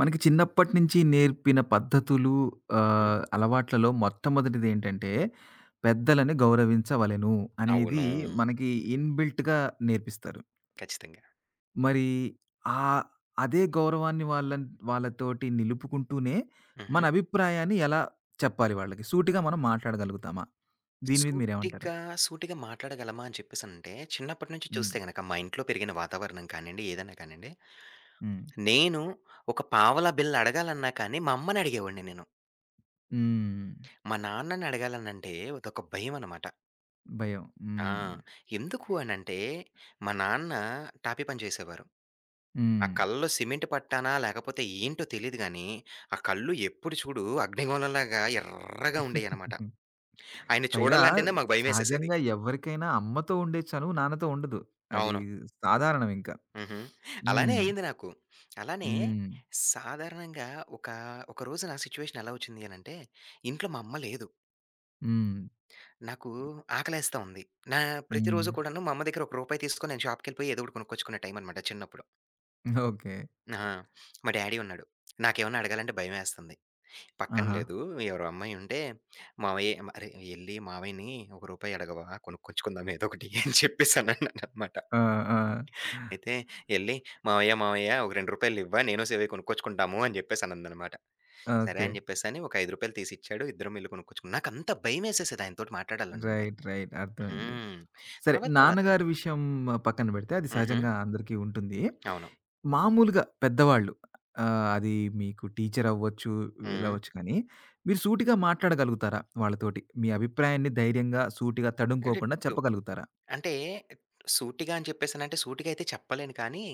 మనకి చిన్నప్పటి నుంచి నేర్పిన పద్ధతులు, హ్మ్. అలవాట్లలో మొట్టమొదటిదేంటంటే, పెద్దలని గౌరవించవలెను అనేది అవును. మనకి ఇన్‌బిల్ట్‌గా నేర్పిస్తారు. ఖచ్చితంగా. మరి ఆహ్, అదే గౌరవాన్ని వాళ్ళతోటి నిలుపుకుంటూనే, మన హుహు. అభిప్రాయాన్ని ఎలా చెప్పాలి వాళ్ళకి? సూటిగా మనం మాట్లాడగలుగుతామా? దీని మీద మీరేమంటారు? సూటిగా, సూటిగా మాట్లాడగలమా అని చెప్పేసనంటే, చిన్నప్పటి నుంచి హ్మ్. చూస్తే గనక మా ఇంట్లో పెరిగిన వాతావరణం కానియండి, ఏదైనా కానియండి, హ్మ్. నేను ఒక పావలా బిళ్ళ అడగాలన్నా కానీ మా అమ్మని అడిగేవాడిని నేను. హ్మ్. మా నాన్నని అడగాలనంటే అదొక భయం అనమాట. భయం. ఆ! హ్మ్. ఎందుకు అనంటే, మా నాన్న టాపీ పని చేసేవారు. ఆ హ్మ్. కళ్ళలో సిమెంట్ పట్టానా? లేకపోతే ఏంటో తెలీదు గానీ, ఆ కళ్ళు ఎప్పుడు చూడు అగ్నిగోళంలాగా ఎర్రగా ఉండేయనమాట. ఆయన్ని పైగా చూడాలంటేనే మాకు భయమేసేసేది. సహజంగా ఎవరికైనా అమ్మతో ఉండే చనువు నాన్నతో ఉండదు. అది అవును. సాధారణం ఇంకా. హుహు. అలానే హ్మ్. అయింది నాకు. అలానే హ్మ్. సాధారణంగా ఒక, ఒక రోజు నా సిట్యుయేషన్ ఎలా వచ్చింది అనంటే, ఇంట్లో మా అమ్మ లేదు. హ్మ్. నాకు ఆకలేస్తా ఉంది. నా హ్మ్. ప్రతిరోజు కూడాను మా అమ్మ దగ్గర రూ. 1 తీసుకొని నేను షాప్‌కెళ్ళిపోయి ఏదో ఒకటి కొనుక్కొచ్చుకునే టైం అనమాట చిన్నప్పుడు. ఓకే. ఆ! మా డ్యాడీ ఉన్నాడు. నాకేమన్నా అడగాలంటే భయమేస్తుంది. పక్కన ఆహా! లేదు ఎవరో అమ్మాయి ఉంటే, "మావయ్య అరే! ఎళ్లి మావయ్యని ఒక రూపాయి అడగవా కొనుక్కొచ్చుకుందాం ఏదో ఒకటి" అని చెప్పేసి అన్నాననమాట. ఆ! ఆ! అయితే ఎళ్లి "మావయ్య, మావయ్య ఒక రూ. 2 నేను సేవయ్య కొనుక్కొచ్చుకుంటాము" అని జెప్పేసి అన్నదనమాట. సరే ఓకే. అని జెప్పేసని ఒక రూ. 5 తీసిచ్చాడు. ఇద్దరం ఎళ్లి కొనుక్కొచ్చుకున్నాం. నాకంత భయమేసేసేది ఆయనతోటి మాట్లాడాలనంటే. రైట్. రైట్. అర్థమైంది. హ్మ్. సరే తర్వాత తర్వాతన నాన్నగారి విషయం పక్కన పెడితే అది హుహు. సహజంగా అందరికీ ఉంటుంది. అవును. మామూలుగా పెద్దవాళ్ళు ఆహ్, అది మీకు టీచర్ అవ్వచ్చు, హ్మ్. వీళ్ళవ్వచ్చు కానీ మీరు సూటిగా మాట్లాడగలుగుతారా వాళ్ళతోటి? మీ అభిప్రాయాన్ని ధైర్యంగా, సూటిగా అంటే తడుముకోకుండా ఇప్పుడు చెప్పగలుగుతారా? అంటే సూటిగా అని చెప్పేసనంటే సూటిగా అయితే చెప్పలేను కానీ,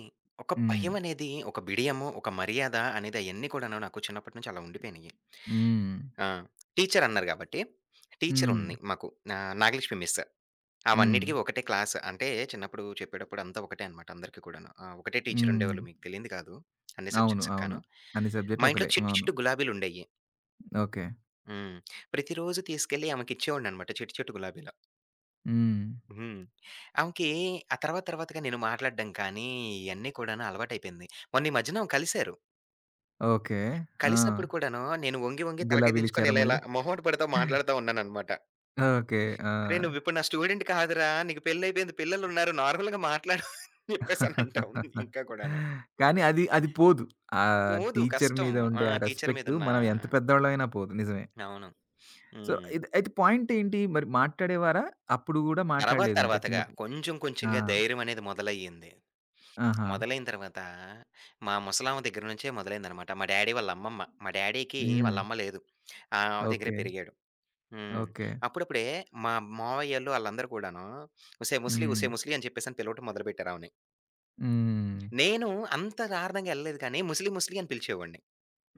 ఒక హ్మ్. భయమనేది, ఒక బిడియము, ఒక మర్యాద అనేది అయన్నీ కూడాను నాకు చిన్నప్పటి నుంచి అలా ఉండిపోయినియి. హ్మ్. ఆ! టీచరన్నారు గాబట్టి, హ్మ్. టీచరుంది మాకు నాగలక్ష్మి మిస్. హ్మ్. అవన్నిటికి ఒకటే క్లాస్. అంటే చిన్నప్పుడు చెప్పేటప్పుడు అంతా ఒకటే అనమాట అందరికి కూడాను. ఆ! ఒకటే టీచర్ హ్మ్. ఉండేవాళ్ళు మీకు తెలియంది కాదు. అన్ని అవును. సబ్జెక్ట్స్‌కి అవును. గాను. అన్ని మా సబ్జెక్ట్‌లు ఇంట్లో ఒకలే. చిట్టి అవును. చిట్టు గులాబీలుండేయి. ఓకే. హ్మ్. ప్రతిరోజు తీసుకెళ్ళి ఆమెకిచ్చేవాడిననమాట చిట్టి చిట్టు గులాబీలు. హ్మ్. హ్మ్. ఆమెకి ఆ తర్వాత తర్వాతగా నేను మాట్లాడడం కానీ, ఇయన్నీ కూడాను అలవాటయిపోయింది. మొన్న ఈ మధ్యన కలిసారు. ఓకే. ఆ! కలిసినప్పుడు కూడాను నేను వంగి వంగి తలకాయ దించుకొని గులాబీలిచ్చారా ఇలా మళ్ళీ? ఇలా మొహమాట పడతా మాట్లాడుతా ఉన్నాననమాట. ఓకే. ఆ! "రేయ్! నువ్విప్పుడు నా స్టూడెంట్ కాదురా! నీకు పెళ్లయిపోయింది. పిల్లలున్నారు. నార్మల్‌గా మాట్లాడు" అని చెప్పేసనంటా ఉంది ఇంకా కూడాను. కానీ అది పోదు. ఆ పోదు. టీచర్ మీద కష్టము. ఆ! ఉండే ఆ టీచర్ రెస్పెక్ట్ మీదున్న మనం ఎంత పెద్దోళ్ళమైనా పోదు. నిజమే. అవును. సో, హ్మ్. ఇది అయితే పాయింటేంటి? మరి మాట్లాడేవారా? అప్పుడు గూడా తర్వాత మాట్లాడలేదు ఇంకా తర్వాతగా చిన్నప్పుడు. కొంచెం ఆ! కొంచెంగా ధైర్యం అనేది మొదలయ్యింది. ఆహా! మొదలైన తర్వాత మా ముసలామె దగ్గర నుంచే మొదలైందనమాట. మా డ్యాడీ వాళ్ళ అమ్మమ్మ. మా డ్యాడీకి హ్మ్. వాళ్ళ అమ్మ లేదు. ఆ ఆమె దగ్గరే ఓకే. పెరిగాడు. హ్మ్. ఓకే. అప్పుడప్పుడే మా మావయ్యోళ్ళు ఆళ్ళందరూ కూడాను "ఒసేయ్ ముసలి, హ్మ్. ఒసేయ్ ముసలి" అని చెప్పేసని పిలవటం మొదలుపెట్టారామెని. హ్మ్. నేను అంత దారుణంగా ఎళ్ళలేదు కానీ ముసలి ముసలి అని పిలిచేవాడిని.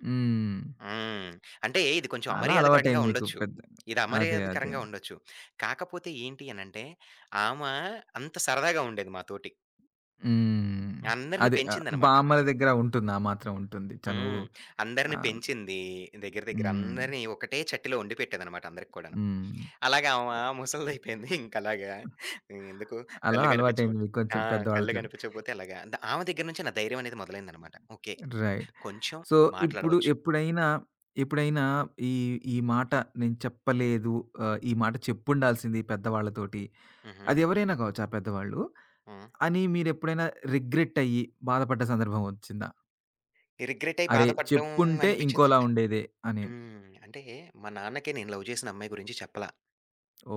హ్మ్. హ్మ్. అంటే ఇది కొంచెం అలా అమర్యాదకరంగా అలవాటయింది మీకు ఉండొచ్చు. ఇది అదే. అదే. అమర్యాదకరంగా ఉండొచ్చు. కాకపోతే ఏంటి అనంటే, ఆమా అంత సరదాగా ఉండేది మాతోటి. హ్మ్. అందరిని అదే. పెంచిందనమాట. బామ్మల దగ్గర ఉంటుంది. ఆ మాత్రం ఉంటుంది. చనువు. హ్మ్. ఆ! అందరిని పెంచింది. దగ్గర దగ్గర హ్మ్. అందరిని ఒకటే చట్టిలో వండి పెట్టేదనమాట అందరికి కూడాను. హ్మ్. అలాగే ఆమె ముసలిది అయిపోయింది, ఇంకా అలాగా ఆమ ముసలిదయిపోయింది ఇంకలాగా ఎందుకు అలా కళ్ళు కనిపించవు అలవాటయింది మీకు ఆ! కొంచెం కళ్ళు పెద్దవాళ్ళతోటి. కనిపించకపోతే అలాగా. ఆమె దగ్గర నుంచే నా ధైర్యం అనేది మొదలైందనమాట. ఓకే. రైట్. కొంచెం సో, ఇప్పుడు మాట్లాడవచ్చు. ఎప్పుడైనా ఈ, ఈ మాట నేను చెప్పలేదు. ఈ మాట చెప్పుండాల్సింది పెద్దవాళ్ళతోటి. హుహు. అది ఎవరైనా కావచ్చు ఆ పెద్దవాళ్ళు. హ్మ్. అని మీరెప్పుడైనా రిగ్రెట్ అయ్యి బాధపడ్డ సందర్భం వచ్చిందా? రిగ్రెట్ అయ్యి అరే! బాధపడడం చెప్పుంటే ఇంకోలా అనిపించిందంటే ఉండేదే అని. హ్మ్. అంటే మా నాన్నకే నేను లవ్ చేసిన అమ్మాయి గురించి చెప్పలా.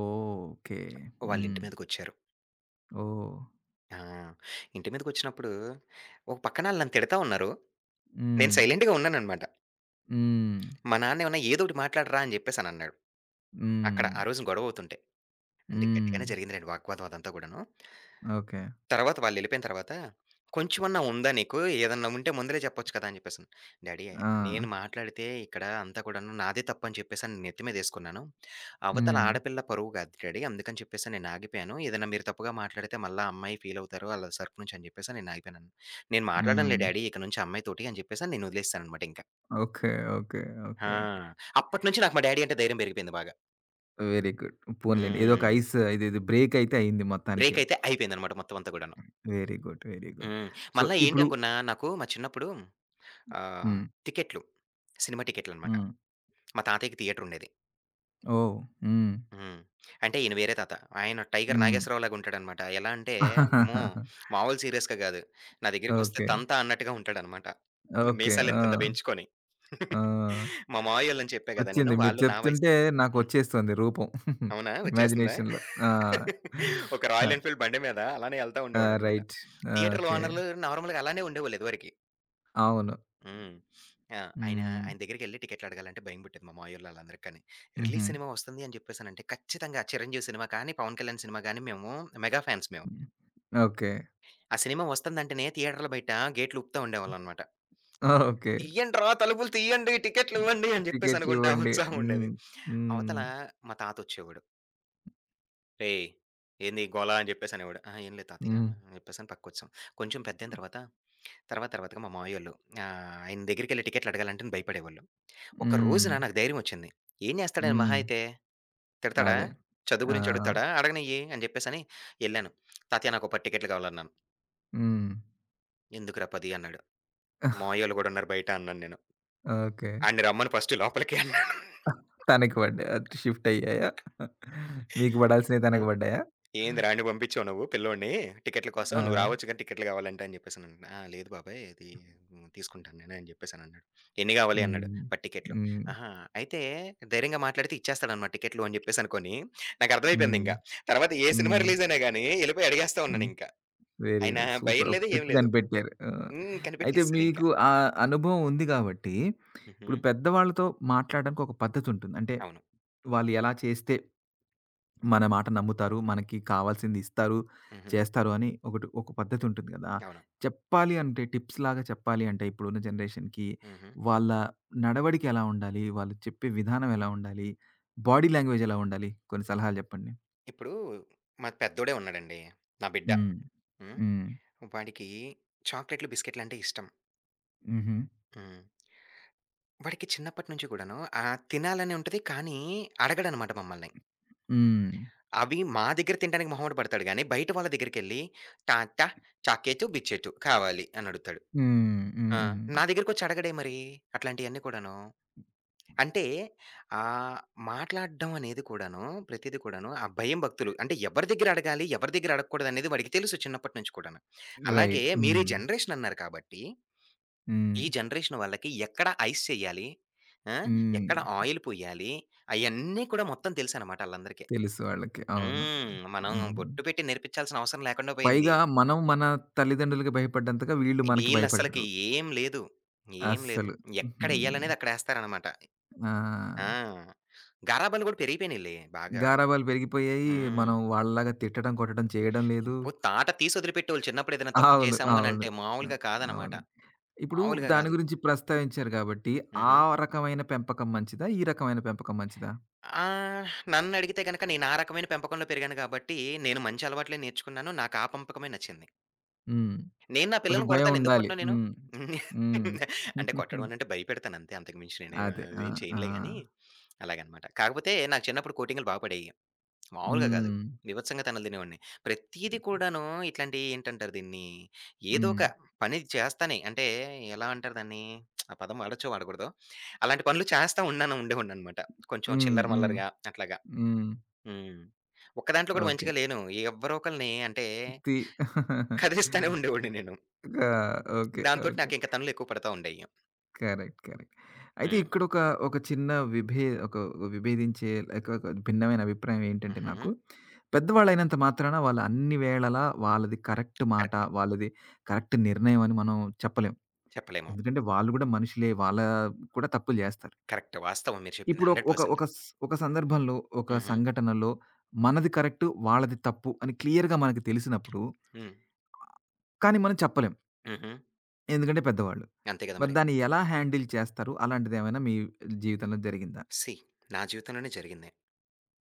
ఓకే. వాళ్ళ ఇంటి హ్మ్. మీదకొచ్చారు. ఓహ్! ఆ! ఇంటి మీదకొచ్చినప్పుడు ఒక పక్కన ఆళ్ళు నన్ను తిడతా ఉన్నారు. నేను హ్మ్. సైలెంట్‌గా ఉన్నాననమాట. హ్మ్. మా నాన్నేమన్నా ఏదోకటి మాట్లాడరా అని చెప్పేసనన్నాడు. అక్కడ హ్మ్. ఆ రోజు గొడవ అవుతుంటే. అంటే హ్మ్. గట్టిగానే జరిగిందిలెండి వాగ్వాదం అదంతా కూడాను. ఓకే. తర్వాత వాళ్ళెళ్ళిపోయిన తర్వాత, "కొంచెమన్నా ఉందా నీకు? ఏదన్నా ఉంటే ముందలే చెప్పొచ్చు కదా!" అని చెప్పేసని. డ్యాడీ ఆ! నేను మాట్లాడితే ఇక్కడ అంతా కూడాను నాదే తప్పని చెప్పేసని నెత్తి మీదేసుకున్నాను. అవతల హ్మ్. ఆడపిల్ల పరువు కాదు డ్యాడీ. అందుకని చెప్పేసి నేనాగిపోయాను. ఏదైనా మీరు తప్పుగా మాట్లాడితే మళ్ళా అమ్మాయి ఫీలవుతారు ఆళ్ళ తరపు నుంచి అని చెప్పేసి నేనాగిపోయానను. "నేను మాట్లాడనులే హ్మ్. డ్యాడీ ఇక నుంచి ఆ అమ్మాయితోటి" అని చెప్పేసని నేను వదిలేసాననమాట ఇంక. ఓకే. ఓకే. ఆ! ఓకే. అప్పటినుంచి నాకు మా డ్యాడీ అంటే ధైర్యం పెరిగిపోయింది బాగా. Very good. పోనీలెండి. ఏదో ఒక హ్మ్. ఐస్ ఇదేదో బ్రేక్ అయితే అయింది మొత్తానికి. బ్రేకయితే అయిపోయిందనమాట మొత్తం అంతా కూడాను. Very good. Very good. Hmm. So, మళ్ళా ఇప్పుడు ఏంటనుకున్నా నాకు మా చిన్నప్పుడు ఆహ్, హ్మ్. టికెట్లు. సినిమా టికెట్లనమాట. హ్మ్. మా తాతయ్యకి థియేటరుండేది. ఓహ్! హ్మ్. హ్మ్. అంటే ఈయన వేరే తాత. ఆయన 'టైగర్ హ్మ్. నాగేశ్వరరావు'లాగా ఉంటాడనమాట. ఎలా అంటే అమ్మో! మామూలు సీరియస్‌గా గాదు. నా దగ్గరికొస్తే ఓకే. తంతా అన్నట్టుగా ఉంటాడనమాట. ఇంగ ఓకే. మీసాలు ఆ! ఇంతింత పెంచుకొని. ఆ! మా మావయ్యోళ్ళని చెప్పా గదా నేను. వచ్చింది. మీరు వాళ్ళు నా వయసు చెప్తుంటే హ్మ్. నాకొచ్చేస్తుంది రూపం. అవునా? వచ్చేస్తుందా? ఇమాజినేషన్‌లో. ఆ! ఒక ఆ! రాయల్ ఎన్‌ఫీల్డ్ బండి మీద అలానే ఎళ్తా ఆ! ఉండేవాడనమాట. రైట్. థియేటర్‌లో ఓకే. ఓనర్‌లు నార్మల్‌గా అలానే ఉండేవాళ్ళు ఇదివరకి. అవును. హ్మ్. ఆ! ఆయన హ్మ్. ఆయన దగ్గరికెళ్లి టికెట్లడగాలంటే భయం పుట్టేది మా మావయ్యోళ్ళళ్ళందరికి కాని. హుహు. రిలీజ్ సినిమా వస్తుంది అని జెప్పేసనంటే ఖచ్చితంగా 'చిరంజీవి' సినిమా కానీ, 'పవన్ కళ్యాణ్' సినిమా గాని మేము మెగా ఫ్యాన్స్ మేము. హ్మ్. ఓకే. ఆ సినిమా వస్తుందంటేనే థియేటర్ల బయట గేట్లు ఊపుతా ఉండేవాళ్ళనమాట. ఓకే. "తియ్యండ్రా తలుపులు తియ్యండి, టికెట్లివ్వండి" అని జెప్పేసనుకుంటా టికెట్లివ్వండి. ఉత్సాహం ఉండేది. హ్మ్. అవతల హ్మ్. మా తాతొచ్చేవాడు. "రేయ్! ఏంది ఈ గోల" అని జెప్పేసనేవాడు. "ఆ! ఏం లేదు తాతయ్య" హ్మ్. అని జెప్పేసని పక్కకొచ్చాం. కొంచెం పెద్దయిన తర్వాత తర్వాత తర్వాతగా మా మావయ్యోళ్ళు ఆయన దగ్గరికెళ్లి టికెట్లడగాలంటేనే భయపడేవాళ్ళు. ఒక హ్మ్. రోజున నాకు ధైర్యమొచ్చింది. ఏం జేస్తాడాయన మహా హ్మ్. అయితే? తిడతాడా? అదే. చదువు ఆ! గురించి అడుగుతాడా? అడగనియ్యి అని జెప్పేసని యెళ్ళాను. తాతయ్య నాకో 10 టికెట్లు కావాలన్నాను. హ్మ్. "ఎందుకురా 10" అన్నాడు. "మావయ్యోళ్ళు గూడా ఉన్నారు బయట" అన్నాను నేను. ఓకే. "ఆడిని రమ్మను ఫస్ట్ లోపలికి" అన్నాను. తనకి పడ్డాయి. అటు షిఫ్ట్ అయ్యాయా? మీకు పడాల్సినవి తనకి పడ్డాయా? ఏందిరా ఆడ్ని పంపించావు నువ్వు పిల్లోడిని టికెట్ల కోసం? నువ్వు ఆ! రావచ్చు కానీ టికెట్లు కావాలంటే అని చెప్పేసనంటున్నా. "ఆ! లేదు బాబాయ్ అది తీసుకుంటాను నేను" అని చెప్పేసనన్నాడు. "ఎన్ని కావాలి?" అన్నాడు. హ్మ్. "పది టికెట్లు." హ్మ్. ఆహా! అయితే ధైర్యంగా మాట్లాడితే ఇచ్చేస్తాడన్నమాట టికెట్లు అని చెప్పేసనుకోని హ్మ్. నాకర్థమైపోయిందింకా. తర్వాత ఏ సినిమా హ్మ్. రిలీజ్ అయినా గాని ఎళ్ళిపోయి అడిగేస్తా హ్మ్. ఉన్నానింకా. వెరీ ఆయన గుడ్. భయం సూపర్. ఒక లేదు, ఏం ట్రిక్ లేదు. కనిపెట్టారు. ఆ! హ్మ్. అయితే కనిపెట్టేసానింకా. మీకు ఆ అనుభవం ఉంది గాబట్టి, ఇప్పుడు హుహు. పెద్దవాళ్ళతో మాట్లాడడానికి ఒక పద్ధతుంటుంది. అంటే అవును. వాళ్ళు ఎలా చేస్తే మన మాట నమ్ముతారు, మనకి కావాల్సింది ఇస్తారు, హుహు. చేస్తారు అని ఒక పద్ధతుంటుంది గదా! అవును. చెప్పాలి అంటే టిప్స్ లాగా చెప్పాలి అంటే ఇప్పుడున్న జనరేషన్‌కి హుహు. వాళ్ళ నడవడిక ఎలా ఉండాలి? వాళ్ళు చెప్పే విధానం ఎలా ఉండాలి? బాడీ లాంగ్వేజ్ ఎలా ఉండాలి? కొన్ని సలహాలు జెప్పండి. ఇప్పుడు మా పెద్దోడే ఉన్నాడండి. నా బిడ్డ. హ్మ్. హ్మ్. హ్మ్. వాడికి చాక్లెట్లు, బిస్కెట్లంటే ఇష్టం. హుహు. హ్మ్. వాడికి చిన్నప్పటి నుంచి కూడాను తినాలని ఉంటది. కానీ అడగడనమాట మమ్మల్ని. హ్మ్. అవి మా దగ్గర తినడానికి మొహమాట పడతాడు గానీ, బయట వాళ్ళ దగ్గరికెళ్ళి టాట, చాకేతు, బిచ్చేతు కావాలి అని అడుగుతాడు. హ్మ్. హ్మ్. ఆ! హ్మ్. నా దగ్గరికొచ్చి అడగడే మరి అట్లాంటియన్నీ కూడాను. అంటే ఆహ్, మాట్లాడడం అనేది కూడాను, ప్రతీది కూడాను ఆ భయం భక్తులు. అంటే ఎవరి దగ్గర అడగాలి? ఎవరి దగ్గర అడగకూడదనేది వాడికి తెలుసు చిన్నప్పటి నుంచి కూడాను. అలాగే రైట్. మీరు హ్మ్. ఈ జనరేషన్ అన్నారు కాబట్టి హ్మ్. ఈ జనరేషన్ వాళ్ళకి ఎక్కడ ఐస్ చేయాలి? ఆ! హ్మ్. ఎక్కడ ఆయిల్ పొయ్యాలి? అయన్నీ కూడా మొత్తం తెలుసనమాట ఆళ్ళందరికీ. తెలుసు వాళ్ళకి. అవును. హ్మ్. మనం హ్మ్. బొట్టు పెట్టి నేర్పించాల్సిన అవసరం లేకుండా పోయింది. పైగా మనం మన తల్లిదండ్రులకి భయపడ్డంతగా వీళ్ళు మనకి వీళ్ళస్సలకి భయపడరు. ఏం లేదు. ఏం లేదు. అస్సలు. హ్మ్. ఎక్కడెయ్యాలనేది అక్కడేస్తారనమాట. ఆ! ఆ! గారాబాలు గూడా పెరిగిపోయినియిలే బాగా. గారాబాలు పెరిగిపోయాయి. హ్మ్. మనం వాళ్ళలాగా తిట్టడం, కొట్టడం చేయడం లేదు. అబ్బో! తాట తీసి వదిలిపెట్టేవాళ్ళు చిన్నప్పుడు ఏదైనా తప్పు అవును. చేశాము అవును. అనంటే అ మామూలుగా కాదనమాట. అవును. ఇప్పుడు మామూలుగా దాని కాదు. గురించి ప్రస్తావించారు కాబట్టి, ఆ హుహు. రకమైన పెంపకం మంచిదా? ఈ రకమైన పెంపకం మంచిదా? ఆ! నన్నడిగితే గనక నేను ఆ రకమైన పెంపకంలో పెరిగాను గాబట్టి, నేను మంచి అలవాట్లే నేర్చుకున్నాను. నాకు ఆ పెంపకమే నచ్చింది. హ్మ్. నేను నా కొంచెం పిల్లల్ని భయం కొడతాను. ఎందుకు ఉండాలి. కొట్టను నేను? హ్మ్. హ్మ్. అంటే కొట్టడం అనంటే భయపెడతాను అంతే. అంతకు మించి నేనేం అదే. ఆ! అదేం ఆ! చేయనులే గానీ, అలాగనమాట. కాకపోతే నాకు చిన్నప్పుడు కోటింగ్‌లు బా పడేయి. మామూలుగా కాదు. హ్మ్. బీభత్సంగా తన్నులు తినేవాడిని. ప్రతీది కూడాను ఇట్లాంటి ఏంటంటారు దీన్ని? ఏదో హ్మ్. ఒక పని చేస్తానే అంటే ఎలా అంటారు దాన్ని? ఆ పదం వాడొచ్చో వాడకూడదో. అలాంటి పనులు చేస్తా ఉన్నాను ఉండేవాడిననమాట. కొంచెం హ్మ్. చిల్లర హ్మ్. మల్లరగా అట్లాగా. హ్మ్. హ్మ్. ఒక్క దాంట్లో కూడా ఓకే. మంచిగా లేను. ఎవ్వరో ఒకళ్ళని అంటే ఆ! కదిలిస్తానే ఉండేవాడిని నేను. ఓకే. దాంతోటి ఓకే. నాకింక పనులెక్కువ పడతా ఉండేయి. కరెక్ట్. కరెక్ట్. అయితే హ్మ్. ఇక్కడొక ఒక చిన్న ఒక విభేదించే లేక ఒక భిన్నమైన అభిప్రాయం ఏంటంటే హుహు. నాకు, పెద్దవాళ్ళైనంత మాత్రాన వాళ్ళు అన్ని వేళలా వాళ్ళది కరెక్ట్ మాట, కరెక్ట్. వాళ్ళది కరెక్ట్ నిర్ణయం అని మనం చెప్పలేం. చెప్పలేము. ఎందుకంటే వాళ్ళు గూడా మనుషులే. వాళ్ళ కూడా తప్పులు జేస్తారు. కరెక్ట్. వాస్తవం మీరు చెప్పింది ఇప్పుడు ఒక ఒక ఒక 100% స్ ఒక సందర్భంలో, ఒక హుహు. సంఘటనలో మనది కరెక్ట్, వాళ్ళది తప్పు అని క్లియర్‌గా మనకు తెలిసినప్పుడు, హ్మ్. కానీ మనం చెప్పలేం. హుహు. ఎందుకంటే పెద్దవాళ్ళు. అంతే కదా మరి మరి! దాన్ని ఎలా హ్యాండిల్ చేస్తారు? అలాంటిదేమైనా మీ జీవితంలో జరిగిందా? సీ నా జీవితంలోనే జరిగింది.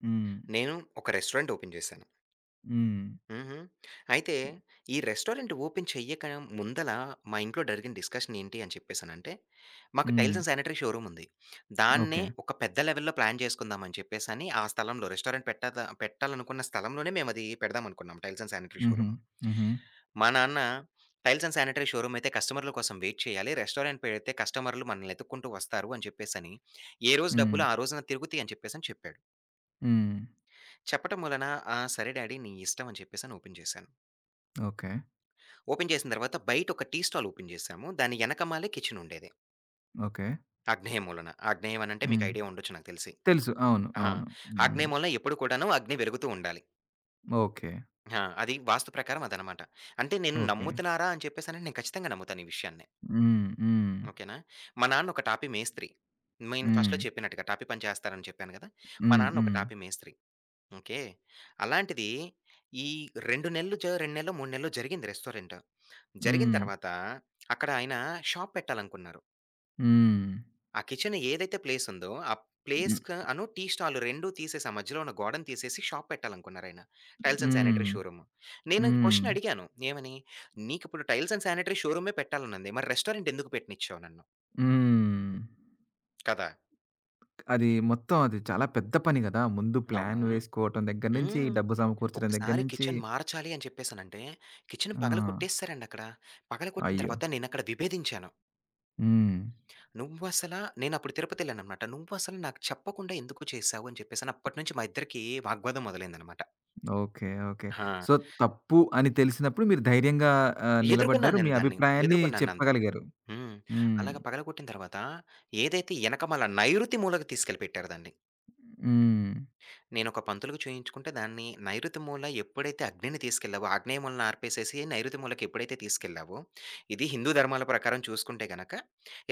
హ్మ్. నేను ఒక రెస్టారెంట్ ఓపెన్ చేశాను. హ్మ్. హుహు. అయితే ఈ రెస్టారెంట్ ఓపెన్ చెయ్యక ముందల మా ఇంట్లో జరిగిన డిస్కషన్ ఏంటి అని చెప్పేసనంటే, మాకు హ్మ్. టైల్స్ అండ్ శానిటరీ షోరూమ్ ఉంది. దాన్నే ఓకే. ఒక పెద్ద లెవెల్‌లో ప్లాన్ చేసుకుందాం అని చెప్పేసని, ఆ స్థలంలో రెస్టారెంట్ పెట్టాలనుకున్న స్థలంలోనే మేము అది పెడదాం అనుకున్నాం. టైల్స్ అండ్ శానిటరీ హుహు. షోరూమ్. హుహు. మా నాన్న టైల్స్ అండ్ శానిటరీ షోరూమ్ అయితే కస్టమర్ల కోసం వెయిట్ చేయాలి. రెస్టారెంట్ పెడితే కస్టమర్లు మనల్ని ఎతుక్కుంటూ వస్తారు అని చెప్పేసని, ఏ రోజు హ్మ్. డబ్బులు ఆ రోజున తిరుగుతాయి అని చెప్పేసని చెప్పాడు. హ్మ్. చెప్పటం వలన, "ఆ! సరే డాడీ నీ ఇష్టం" అని చెప్పేసని ఓపెన్ చేశాను. ఓకే. ఓపెన్ చేసిన తర్వాత బయట ఒక టీ స్టాల్ ఓపెన్ చేశాము. దాని ఎనకమాలే కిచెన్ ఉండేది. ఓకే. ఆగ్నేయ మూలన. ఆగ్నేయం అనంటే మీకు హ్మ్. ఐడియా ఉండొచ్చు నాకు తెలిసి. తెలుసు. అవును. ఆహా! అవును. హ్మ్. ఆగ్నేయ మూలన ఎప్పుడు కూడాను అగ్ని వెలుగుతూ ఉండాలి. ఓకే. ఆ! అది వాస్తు ప్రకారం అదనమాట. అంటే నేను ఓకే. నమ్ముతున్నారా అని చెప్పేసనంటే నేను ఖచ్చితంగా నమ్ముతాను ఈ విషయాన్ని. హ్మ్. హ్మ్. ఓకేనా! మా నాన్న ఒక టాపీ మేస్త్రి. నేను హ్మ్. ఫస్ట్‌లో చెప్పినట్టుగా టాపీ పని చేస్తారని చెప్పాను కదా! మా హ్మ్. నాన్న ఒక హ్మ్. టాపీ మేస్త్రి. ఓకే. అలాంటిది ఈ 2 నెలలు జ 2 నెల్లో, 3 నెలల్లో జరిగింది రెస్టారెంట్. జరిగిన హ్మ్. తర్వాత అక్కడ ఆయన షాప్ పెట్టాలనుకున్నారు. హ్మ్. ఆ కిచెన్ ఏదైతే ప్లేస్ ఉందో, ఆ ప్లేస్‌కి టీ స్టాల్ 2 తీసేసి ఆ మధ్యలో ఉన్న గోడను తీసేసి షాప్ పెట్టాలనుకున్నారాయన. Tiles and sanitary hmm. Showroom. నేను ఈ హ్మ్. క్వెషన్ అడిగాను. ఏమని? "నీకిప్పుడు టైల్స్ అండ్ శానిటరీ షోరూమే పెట్టాలనుంది. మరి రెస్టారెంట్ ఎందుకు పెట్టనిచ్చావు నన్ను?" హ్మ్. కదా! అది మొత్తం అది చాలా పెద్ద పని గదా! ముందు అవును. ప్లాన్ వేసుకోవటం దగ్గర నుంచి, హ్మ్. డబ్బు సమకూర్చడం దగ్గర ఒక్కసారి నుంచి కిచెన్ మార్చాలి అని చెప్పేసనంటే, కిచెన్ ఆ! పగలగొట్టేసేసారండక్కడ. పగలగొట్టిన అయ్యో! తర్వాత నేనక్కడ విభేదించాను. హ్మ్. "నువ్వసలా" నేనప్పుడు తిరుపతెళ్ళాననమాట. "నువ్వసలు నాకు చెప్పకుండా ఎందుకు చేశావు?" అని చెప్పేసని అప్పటినుంచి మా ఇద్దరికీ వాగ్వాదం మొదలైందనమాట. ఓకే. ఓకే. ఆ! సో, తప్పు అని తెలిసినప్పుడు మీరు ధైర్యంగా ఎదుర్కొన్నాను నిలబడ్డారు. నేను మీ దాన్ని. అభిప్రాయాన్ని ఎదుర్కొన్నాను నేను దాన్ని. చెప్పగలిగారు. హ్మ్. హ్మ్. అలాగ పగలగొట్టిన తర్వాత ఏదైతే ఎనకమాల నైరుతి మూలకి తీసుకెళ్ళి పెట్టారు దాన్ని. హ్మ్. నేనొక పంతులుకి చూయించుకుంటే దాన్ని నైరుతి మూల ఎప్పుడైతే అగ్నిని తీసుకెళ్ళావో, ఆగ్నేయ మూలను ఆర్పేసేసి నైరుతి మూలకి ఎప్పుడైతే తీసుకెళ్ళావో, ఇది హిందూ ధర్మాల ప్రకారం చూసుకుంటే గనక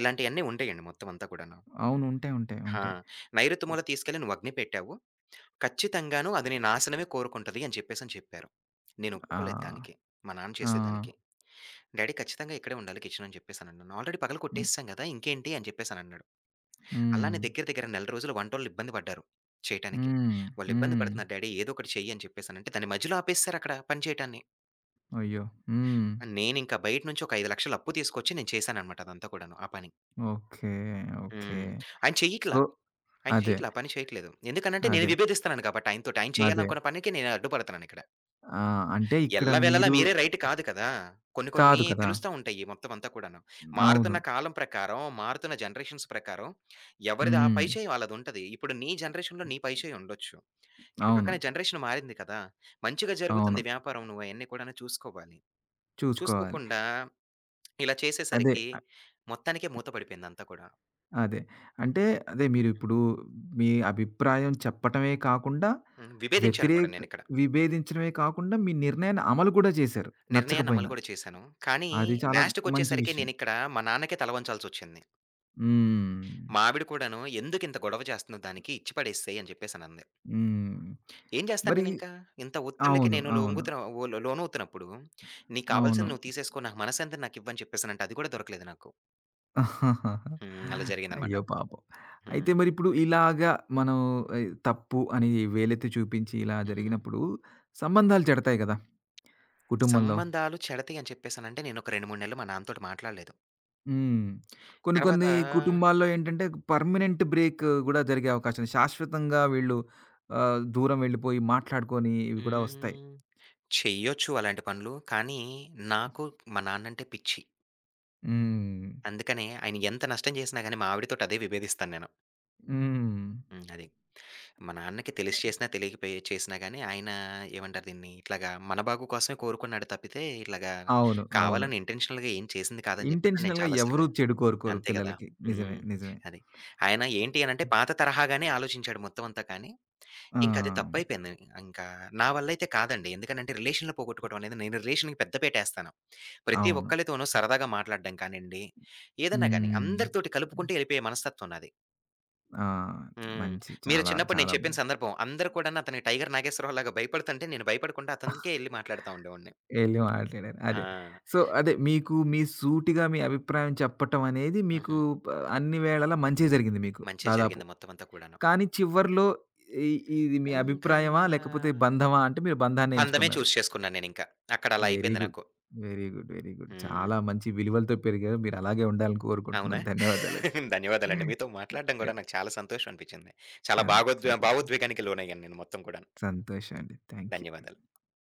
ఇలాంటియన్నీ ఉంటాయండి మొత్తం అంతా కూడాను. అవును. ఉంటాయి. ఉంటాయి. ఆ! ఉంటాయి. నైరుతి మూల తీసుకెళ్ళి నువ్వు అగ్ని పెట్టావు. ఖచ్చితంగాను అది నీ నాశనమే కోరుకుంటది అని చెప్పేసని చెప్పారు. నేను ఆ! ఒప్పుకోలేదు దానికి. మా నాన్న ఆ! చేసేదానికి. డాడీ ఖచ్చితంగా ఇక్కడే ఉండాలి కిచెన్ అని చెప్పేసానన్నాను. ఆల్రెడీ పగలు హ్మ్. కొట్టేసాం గదా! ఇంకేంటి అని చెప్పేసానన్నాడు. హ్మ్. అలానే దగ్గర దగ్గర నెల రోజులు వంటోళ్ళు ఇబ్బంది పడ్డారు చేయటానికి. హ్మ్. "వాళ్ళు ఇబ్బంది హ్మ్. పడుతున్నారు డాడీ ఏదో ఒకటి చెయ్యి" అని చెప్పేసానంటే దాన్ని మధ్యలో ఆపేసారు అక్కడ పని చేయటాన్ని. అయ్యో! హ్మ్. నేనింక బయట నుంచి ఒక 5,00,000 అప్పు తీసుకొచ్చి నేను చేశానన్నమాట అదంతా కూడాను ఆ పని. ఓకే. ఓకే. హ్మ్. ఆయన సో, చెయ్యట్లా. ఆయన అదే. చెయ్యట్లా. ఆ పని చేయట్లేదు. ఎందుకనంటే నేను అదే. విభేదిస్తున్నాను కాబట్టి ఆయనతోటి. ఆయన అదే. చేయాలనుకున్న పనికి నేను అడ్డుపడుతున్నానిక్కడ. ఆ! అంటే ఇక్కడ ఎల్లవెల్లలా మీరు మీరే రైట్ కాదు కదా! కొన్ని కొన్ని కాదు కదా! తెలుస్తా ఉంటాయి మొత్తం అంతా కూడాను. అవును. మారుతున్న కాలం ప్రకారం, మారుతున్న జనరేషన్స్ ప్రకారం ఎవరిది ఆ హ్మ్. పై చేయి వాళ్ళదుంటది. ఇప్పుడు నీ జనరేషన్‌లో నీ పై చేయి ఉండొచ్చు. ఇటు అవును. పక్కన జనరేషన్ మారింది కదా! మంచిగా అవును. జరుగుతుంది వ్యాపారం నువ్వయన్నీ కూడాను చూసుకోవాలి. చూసుకోవాలి. చూసుకోకుండా ఇలా అదే. చేసేసరికి మొత్తానికే మూత పడిపోయిందంతా కూడా. అదే. అంటే అదే మీరిప్పుడు మీ అభిప్రాయం చెప్పటమే కాకుండా, హ్మ్. విభేదించాను కూడా వ్యతిరేక నేనిక్కడ. విభేదించడమే కాకుండా, మీ నిర్ణయాన్ని అమలు కూడా చేశారు నిర్ణయాన్ని అమలు నచ్చకపోయినా. కూడా చేశాను. కానీ అది చాలా మంచి లాస్ట్‌కొచ్చేసరికి విషయం. నేనిక్కడ మా నాన్నకే తల వంచాల్సొచ్చింది. హ్మ్. మా ఆవిడ కూడాను "ఎందుకింత గొడవ చేస్తున్నావు దానికి ఇచ్చి పడేసేయి" అని చెప్పేసనంది. హ్మ్. ఏం చేస్తాను మరి నేనింకా? ఇంత ఒత్తిళ్ళకి అవును. నేను అవును. లొంగుతున్న ఓ లోనవుతున్నప్పుడు, "నీకు అవును. కావాల్సింది నువ్వు తీసేసుకో, నాకు మనశ్శాంతిని నాకివ్వని" చెప్పేసనంటే అది కూడా దొరకలేదు నాకు. హ్మ్. అలా జరిగిందనమాట. అయ్యో పాపం! అయితే హ్మ్. మరిప్పుడు ఇలాగా మనం తప్పు అని వేలెత్తి చూపించి ఇలా హుహు. జరిగినప్పుడు సంబంధాలు చెడతాయి కదా! కుటుంబంలో. సంబంధాలు చెడతాయి అని చెప్పేసనంటే నేనొక 2, 3 నెలలు మా నాన్నతోటి మాట్లాడలేదు. హ్మ్. కొన్ని కొన్ని తర్వాత కుటుంబాల్లో ఏంటంటే పర్మనెంట్ బ్రేక్ గూడా జరిగే అవకాశం శాశ్వతంగా వీళ్ళు దూరం వెళ్ళిపోయి మాట్లాడుకొని ఇవి కూడా వస్తాయి. హ్మ్. చెయ్యొచ్చు అలాంటి పనులు. కానీ నాకు మా నాన్నంటే పిచ్చి. హ్మ్. అందుకనే ఆయన ఎంత నష్టం చేసినా గాని మా ఆవిడతోటి అదే విభేదిస్తాను నేను. హ్మ్. హ్మ్. అది. మా నాన్నకి తెలిసి చేసినా, తెలియకపోయి చేసినా గాని, ఆయన ఏమంటారు దీన్ని, ఇట్లాగా మన బాగు కోసమే కోరుకున్నాడు తప్పితే, ఇట్లాగా అవును. అవును. కావాలని ఇంటెన్షనల్‌గా ఏం చేసింది కాదని చెప్పేసి నేను ఇంటెన్షనల్‌గా చాలా ఎవరు సార్లు చెడు కోరుకోరు అంతే కదా! పిల్లలకి. నిజమే. హ్మ్. నిజమే. అది. ఆయన ఏంటి అనంటే పాత తరహాగానే ఆలోచించాడు మొత్తం అంతా కానీ, ఆ! ఇంకది తప్పైపోయింది. ఇంకా నా వల్లైతే కాదండి. ఎందుకనంటే రిలేషన్‌లు పోగొట్టుకోవడం అనేది నేను రిలేషన్‌కి పెద్దపేటేస్తాను. ప్రతి అవును. ఒక్కళ్ళతోనూ సరదాగా మాట్లాడడం కానియండి, ఏదన్నా గాని హ్మ్. అందరితోటి కలుపుకుంటూ ఎళ్ళిపోయే మనస్తత్వం నాది. ఆ! హ్మ్. మంచి. మీరు చాలా చిన్నప్పుడు నేను చాలా చెప్పిన మంచి. సందర్భం. అందరూ కూడాను అతనికి 'టైగర్ నాగేశ్వరరావు'లాగా భయపడుతుంటే, నేను భయపడకుండా అతనికే ఎళ్లి మాట్లాడుతా ఉండేవాడిని. ఎళ్లి మాట్లాడారు. అదే. ఆ! సో, అదే మీకు మీ సూటిగా మీ అభిప్రాయం చెప్పటం అనేది మీకు హుహు. ప అన్ని వేళలా మంచే జరిగింది మీకు మంచే దాదాపు. జరిగింది మొత్తం అంతా కూడాను. కానీ చివర్లో ఇ ఇది మీ ఇంకా అభిప్రాయమా? లేకపోతే బంధమా? అంటే మీరు బంధాన్నే బంధమే ఎంచుకున్నారు. చూజ్ చేసుకున్నాను నేనింకా. అక్కడ అలా వెరీ అయిపోయింది గుడ్. నాకు. Very good. Very good. హ్మ్. చాలా మంచి విలువలతో పెరిగారు. మీరు అలాగే ఉండాలని అవునా? కోరుకుంటున్నాను. ధన్యవాదాలండి. ధన్యవాదాలండి. మీతో మాట్లాడడం ఎ గూడా నాకు చాలా సంతోషం అనిపించింది. చాలా భాగోద్వే సంతోషం. భావోద్వేగానికి లోనయ్యాను నేను మొత్తం కూడాను. సంతోషం అండి. Thank you. ధన్యవాదాలు.